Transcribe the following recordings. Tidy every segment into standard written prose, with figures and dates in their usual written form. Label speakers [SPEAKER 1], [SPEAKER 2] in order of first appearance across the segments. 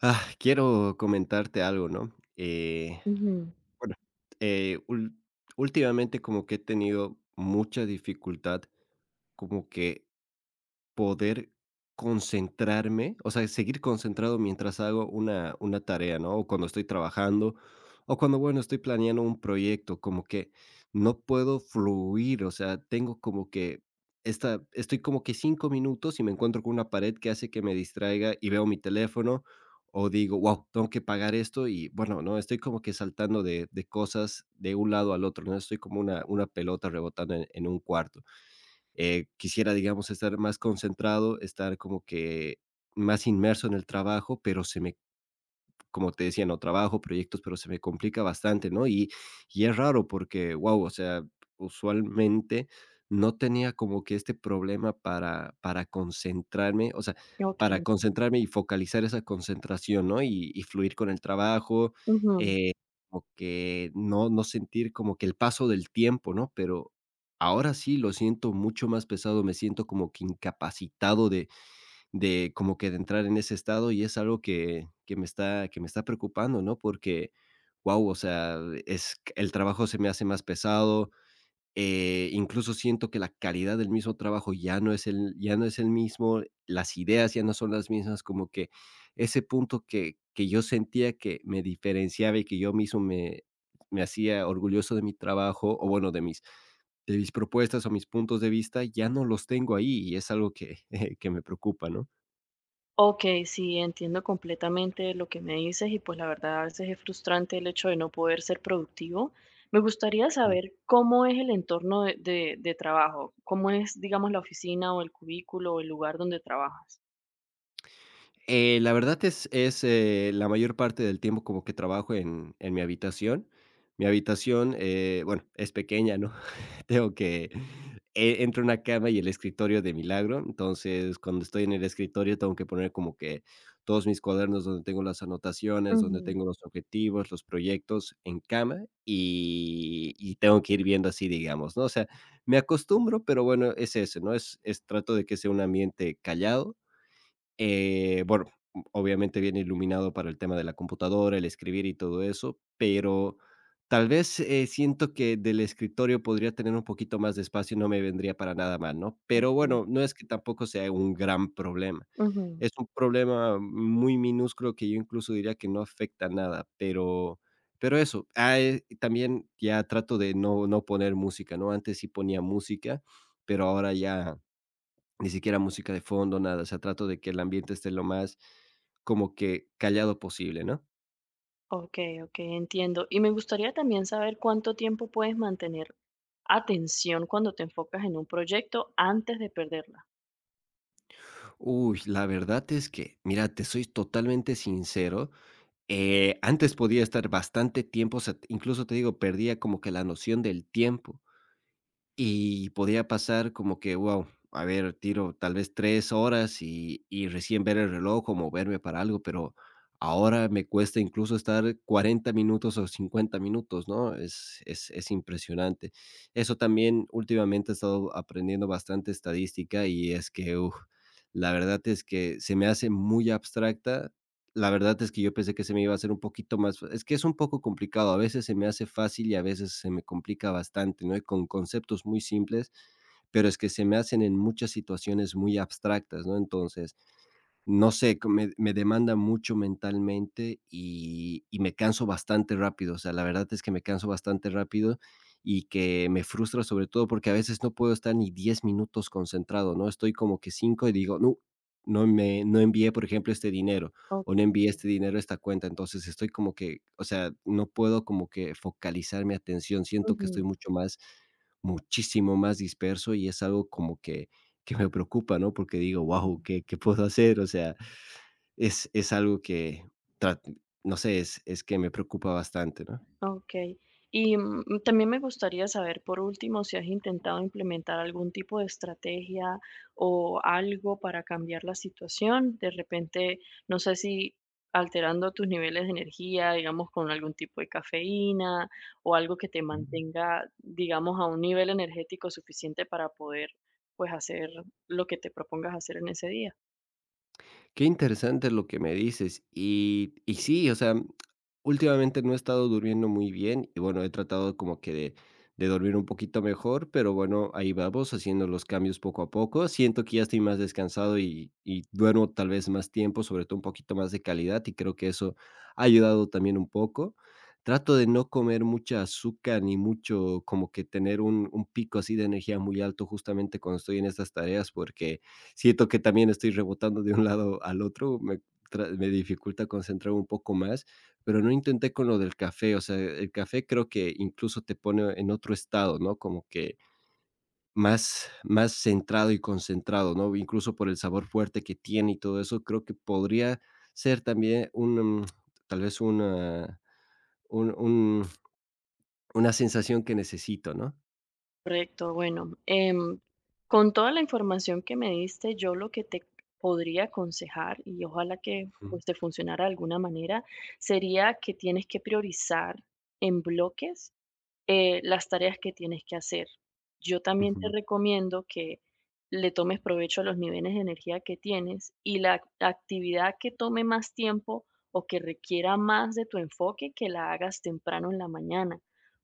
[SPEAKER 1] Ah, quiero comentarte algo, ¿no?
[SPEAKER 2] Ujú,
[SPEAKER 1] Bueno, eh, ul- últimamente como que he tenido mucha dificultad como que poder concentrarme, o sea, seguir concentrado mientras hago una tarea, ¿no? O cuando estoy trabajando, o cuando, bueno, estoy planeando un proyecto, como que no puedo fluir, o sea, tengo como que esta estoy como que 5 minutos y me encuentro con una pared que hace que me distraiga y veo mi teléfono, o digo: wow, tengo que pagar esto, y bueno, ¿no? Estoy como que saltando de cosas de un lado al otro, ¿no? Estoy como una pelota rebotando en un cuarto. Quisiera, digamos, estar más concentrado, estar como que más inmerso en el trabajo, pero se me como te decía, no trabajo, proyectos, pero se me complica bastante, ¿no? Y, es raro porque, wow, o sea, usualmente no tenía como que este problema para, concentrarme, o sea,
[SPEAKER 2] okey,
[SPEAKER 1] para concentrarme y focalizar esa concentración, ¿no? Y, fluir con el trabajo,
[SPEAKER 2] ujú.
[SPEAKER 1] eh, como que no sentir como que el paso del tiempo, ¿no? Pero ahora sí lo siento mucho más pesado, me siento como que incapacitado de como que de entrar en ese estado y es algo que me está preocupando, ¿no? Porque, wow, o sea, es el trabajo se me hace más pesado, incluso siento que la calidad del mismo trabajo ya no es el mismo, las ideas ya no son las mismas, como que ese punto que yo sentía que me diferenciaba y que yo mismo me hacía orgulloso de mi trabajo, o bueno, de mis propuestas o mis puntos de vista, ya no los tengo ahí y es algo que que me preocupa, ¿no?
[SPEAKER 2] Okey, sí, entiendo completamente lo que me dices y, pues, la verdad, a veces es frustrante el hecho de no poder ser productivo. Me gustaría saber cómo es el entorno de trabajo, cómo es, digamos, la oficina o el cubículo o el lugar donde trabajas.
[SPEAKER 1] La verdad es, la mayor parte del tiempo como que trabajo en mi habitación. Mi habitación, bueno, es pequeña, ¿no? Tengo que entre una cama y el escritorio de milagro. Entonces, cuando estoy en el escritorio, tengo que poner como que todos mis cuadernos donde tengo las anotaciones, donde
[SPEAKER 2] Ujú,
[SPEAKER 1] tengo los objetivos, los proyectos en cama, y tengo que ir viendo así, digamos, ¿no? O sea, me acostumbro, pero bueno, es eso, ¿no? Es trato de que sea un ambiente callado, bueno, obviamente viene iluminado para el tema de la computadora, el escribir y todo eso, pero tal vez, siento que del escritorio podría tener un poquito más de espacio y no me vendría para nada mal, ¿no? Pero
[SPEAKER 2] okey.
[SPEAKER 1] bueno, no es que tampoco sea un gran problema.
[SPEAKER 2] Ujú.
[SPEAKER 1] Es un problema muy minúsculo que yo incluso diría que no afecta nada, pero eso. Ah, también ya trato de no poner música, ¿no? Antes sí ponía música, pero ahora ya ni siquiera música de fondo, nada, o sea, trato de que el ambiente esté lo más como que callado posible, ¿no?
[SPEAKER 2] Okey, okey, entiendo. Y me gustaría también saber cuánto tiempo puedes mantener atención cuando te enfocas en un proyecto antes de perderla.
[SPEAKER 1] Uy, la verdad es que, mira, te soy totalmente sincero, antes podía estar bastante tiempo, o sea, incluso te digo, perdía como que la noción del tiempo. Y podía pasar como que, wow, a ver, tiro tal vez 3 horas y recién ver el reloj o moverme para algo, pero ahora me cuesta incluso estar 40 minutos o 50 minutos, ¿no? Es impresionante. Eso también últimamente he estado aprendiendo bastante estadística y es que, uf, la verdad es que se me hace muy abstracta. La verdad es que yo pensé que se me iba a hacer un poquito más fa es que es un poco complicado, a veces se me hace fácil y a veces se me complica bastante, ¿no? Y con conceptos muy simples, pero es que se me hacen en muchas situaciones muy abstractas, ¿no? Entonces, no sé, co me me demanda mucho mentalmente y me canso bastante rápido, o sea, la verdad es que me canso bastante rápido y que me frustra, sobre todo porque a veces no puedo estar ni 10 minutos concentrado, ¿no? Estoy como que 5 y digo: No, no me no envié, por ejemplo, este dinero, o no
[SPEAKER 2] Okey,
[SPEAKER 1] envié este dinero a esta cuenta. Entonces, estoy como que, o sea, no puedo como que focalizar mi atención, siento que estoy
[SPEAKER 2] ujú,
[SPEAKER 1] mucho más muchísimo más disperso y es algo como que me preocupa, ¿no? Porque digo:
[SPEAKER 2] ujú.
[SPEAKER 1] wow, qué puedo hacer? O sea, es algo que, tra- no sé, es que me preocupa bastante, ¿no?
[SPEAKER 2] Okey. Y, también me gustaría saber, por último, si has intentado implementar algún tipo de estrategia o algo para cambiar la situación. De repente, no sé si alterando tus niveles de energía, digamos, con algún tipo de cafeína o algo que te mantenga, digamos, a un nivel energético suficiente para poder, pues, hacer lo que te propongas hacer en ese día.
[SPEAKER 1] Qué interesante lo que me dices. Y, sí, o sea, últimamente no he estado durmiendo muy bien y bueno, he tratado como que de, dormir un poquito mejor, pero bueno, ahí vamos haciendo los cambios poco a poco. Siento que ya estoy más descansado y duermo tal vez más tiempo, sobre todo un poquito más de calidad y creo que eso ha ayudado también un poco. Trato de no comer mucha azúcar ni mucho como que tener un pico así de energía muy alto justamente cuando estoy en estas tareas porque siento que también estoy rebotando de un lado al otro, me dificulta concentrar un poco más, pero no intenté con lo del café, o sea, el café creo que incluso te pone en otro estado, ¿no? Como que más centrado y concentrado, ¿no? Incluso por el sabor fuerte que tiene y todo eso, creo que podría ser también tal vez una un una sensación que necesito, ¿no?
[SPEAKER 2] Correcto, bueno, con toda la información que me diste, yo lo que te podría aconsejar, y ojalá que,
[SPEAKER 1] Ujú,
[SPEAKER 2] pues, te funcionara de alguna manera, sería que tienes que priorizar en bloques las tareas que tienes que hacer. Yo también te
[SPEAKER 1] ujú.
[SPEAKER 2] recomiendo que le tomes provecho a los niveles de energía que tienes y la actividad que tome más tiempo o que requiera más de tu enfoque, que la hagas temprano en la mañana.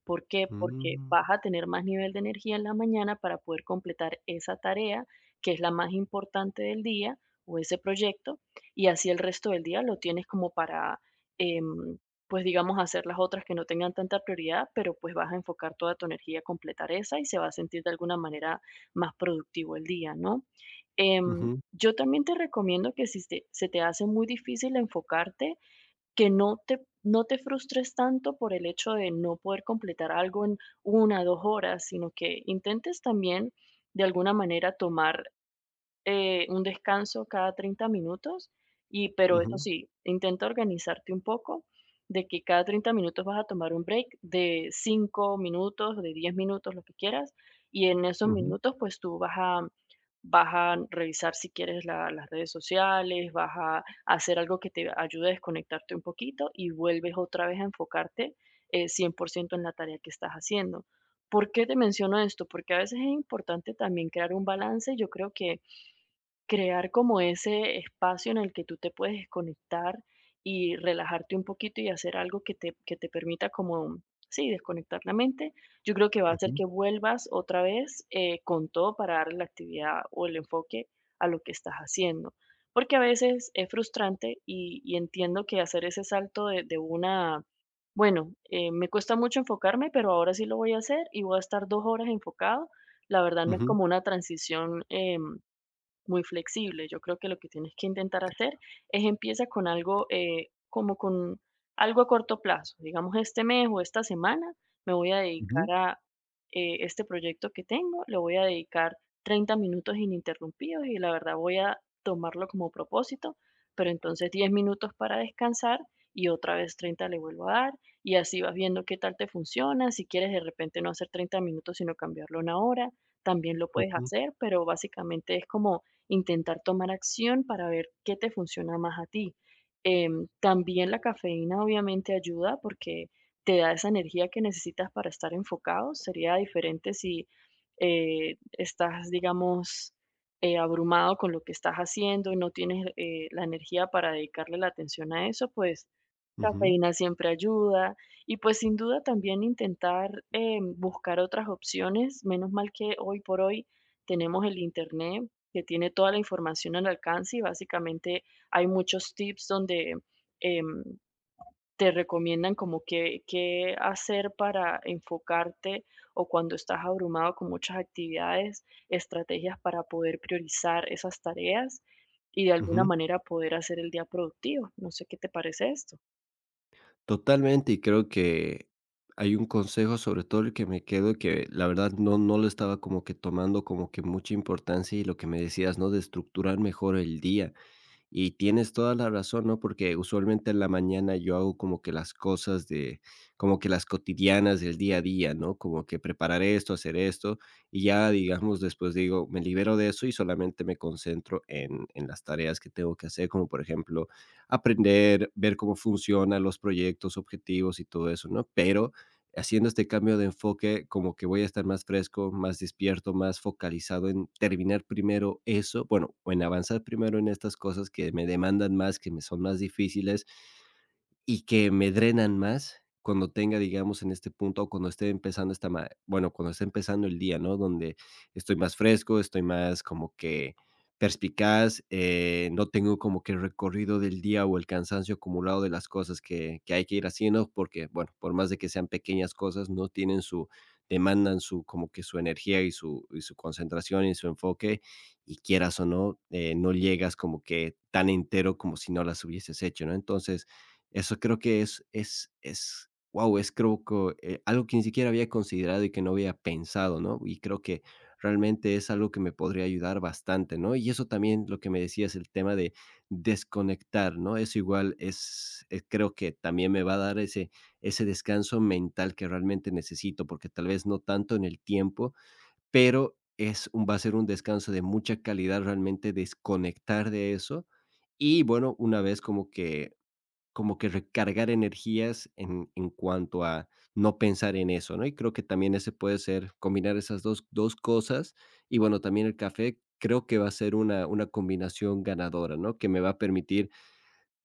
[SPEAKER 2] ¿Por qué? Porque
[SPEAKER 1] Mm,
[SPEAKER 2] vas a tener más nivel de energía en la mañana para poder completar esa tarea que es la más importante del día o ese proyecto, y así el resto del día lo tienes como para em, pues, digamos, hacer las otras que no tengan tanta prioridad, pero pues vas a enfocar toda tu energía a completar esa y se va a sentir de alguna manera más productivo el día, ¿no?
[SPEAKER 1] ujú,
[SPEAKER 2] Yo también te recomiendo que si te se te hace muy difícil enfocarte, que no te frustres tanto por el hecho de no poder completar algo en una o dos horas, sino que intentes también de alguna manera tomar un descanso cada 30 minutos, y pero eso
[SPEAKER 1] ujú,
[SPEAKER 2] sí, intenta organizarte un poco de que cada 30 minutos vas a tomar un break de 5 minutos, de 10 minutos, lo que quieras, y en esos
[SPEAKER 1] ujú,
[SPEAKER 2] minutos pues tú vas a vas a revisar si quieres las redes sociales, vas a hacer algo que te ayude a desconectarte un poquito y vuelves otra vez a enfocarte 100% en la tarea que estás haciendo. ¿Por qué te menciono esto? Porque a veces es importante también crear un balance. Yo creo que crear como ese espacio en el que tú te puedes desconectar y relajarte un poquito y hacer algo que que te permita como, sí, desconectar la mente, yo creo que va a hacer
[SPEAKER 1] ujú,
[SPEAKER 2] que vuelvas otra vez con todo para darle la actividad o el enfoque a lo que estás haciendo. Porque a veces es frustrante y entiendo que hacer ese salto de una, bueno, me cuesta mucho enfocarme, pero ahora sí lo voy a hacer y voy a estar 2 horas enfocado. La verdad no es
[SPEAKER 1] ujú,
[SPEAKER 2] como una transición muy flexible. Yo creo que lo que tienes que intentar hacer es empieza con algo, como con algo a corto plazo. Digamos, este mes o esta semana me voy a dedicar
[SPEAKER 1] ujú,
[SPEAKER 2] a este proyecto que tengo, le voy a dedicar 30 minutos ininterrumpidos y la verdad voy a tomarlo como propósito, pero entonces 10 minutos para descansar y otra vez 30 le vuelvo a dar y así vas viendo qué tal te funciona. Si quieres de repente no hacer 30 minutos, sino cambiarlo a una hora, también lo puedes
[SPEAKER 1] ujú.
[SPEAKER 2] hacer, pero básicamente es como intentar tomar acción para ver qué te funciona más a ti. También la cafeína obviamente ayuda porque te da esa energía que necesitas para estar enfocado. Sería diferente si estás, digamos, abrumado con lo que estás haciendo y no tienes la energía para dedicarle la atención a eso, pues
[SPEAKER 1] Ujú,
[SPEAKER 2] cafeína siempre ayuda. Y pues sin duda también intentar buscar otras opciones. Menos mal que hoy por hoy tenemos el Internet, que tiene toda la información al alcance, y básicamente hay muchos tips donde em, te recomiendan como qué, qué hacer para enfocarte o cuando estás abrumado con muchas actividades, estrategias para poder priorizar esas tareas y de alguna
[SPEAKER 1] ujú.
[SPEAKER 2] manera poder hacer el día productivo. No sé qué te parece esto.
[SPEAKER 1] Totalmente, y creo que hay un consejo, sobre todo el que me quedo, que la verdad no lo estaba como que tomando como que mucha importancia y lo que me decías, ¿no? De estructurar mejor el día. Y tienes toda la razón, ¿no? Porque usualmente en la mañana yo hago como que las cosas de, como que las cotidianas del día a día, ¿no? Como que preparar esto, hacer esto, y ya, digamos, después digo, me libero de eso y solamente me concentro en las tareas que tengo que hacer, como por ejemplo, aprender, ver cómo funcionan los proyectos, objetivos y todo eso, ¿no? Pero haciendo este cambio de enfoque, como que voy a estar más fresco, más despierto, más focalizado en terminar primero eso, bueno, o en avanzar primero en estas cosas que me demandan más, que me son más difíciles y que me drenan más cuando tenga, digamos, en este punto, o cuando esté empezando esta ma bueno, cuando esté empezando el día, ¿no? Donde estoy más fresco, estoy más como que perspicaz, no tengo como que el recorrido del día o el cansancio acumulado de las cosas que hay que ir haciendo, porque, bueno, por más de que sean pequeñas cosas, no tienen su demandan su como que su energía y su concentración y su enfoque, y quieras o no, no llegas como que tan entero como si no las hubieses hecho, ¿no? Entonces eso creo que es, creo que, algo que ni siquiera había considerado y que no había pensado, ¿no? Y creo que realmente es algo que me podría ayudar bastante, ¿no? Y eso también, lo que me decías, el tema de desconectar, ¿no? Eso igual es creo que también me va a dar ese descanso mental que realmente necesito, porque tal vez no tanto en el tiempo, pero es un va a ser un descanso de mucha calidad, realmente desconectar de eso. Y bueno, una vez como que recargar energías en cuanto a no pensar en eso, ¿no? Y creo que también ese puede ser combinar esas 2 cosas. Y bueno, también el café creo que va a ser una combinación ganadora, ¿no? Que me va a permitir,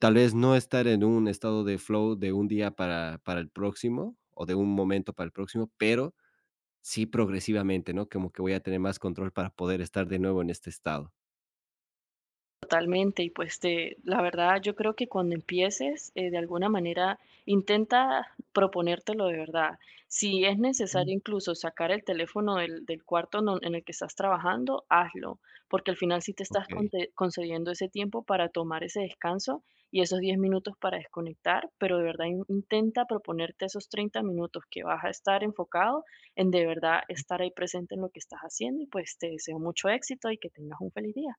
[SPEAKER 1] tal vez, no estar en un estado de flow de un día para el próximo, o de un momento para el próximo, pero sí progresivamente, ¿no? Como que voy a tener más control para poder estar de nuevo en este estado.
[SPEAKER 2] Totalmente, y pues te la verdad, yo creo que cuando empieces, de alguna manera, intenta proponértelo de verdad. Si es
[SPEAKER 1] Ujú.
[SPEAKER 2] necesario incluso sacar el teléfono del cuarto no en el que estás trabajando, hazlo, porque al final sí te estás
[SPEAKER 1] Okey.
[SPEAKER 2] conte concediendo ese tiempo para tomar ese descanso y esos 10 minutos para desconectar, pero de verdad in intenta proponerte esos 30 minutos que vas a estar enfocado en de verdad estar ahí presente en lo que estás haciendo y, pues, te deseo mucho éxito y que tengas un feliz día.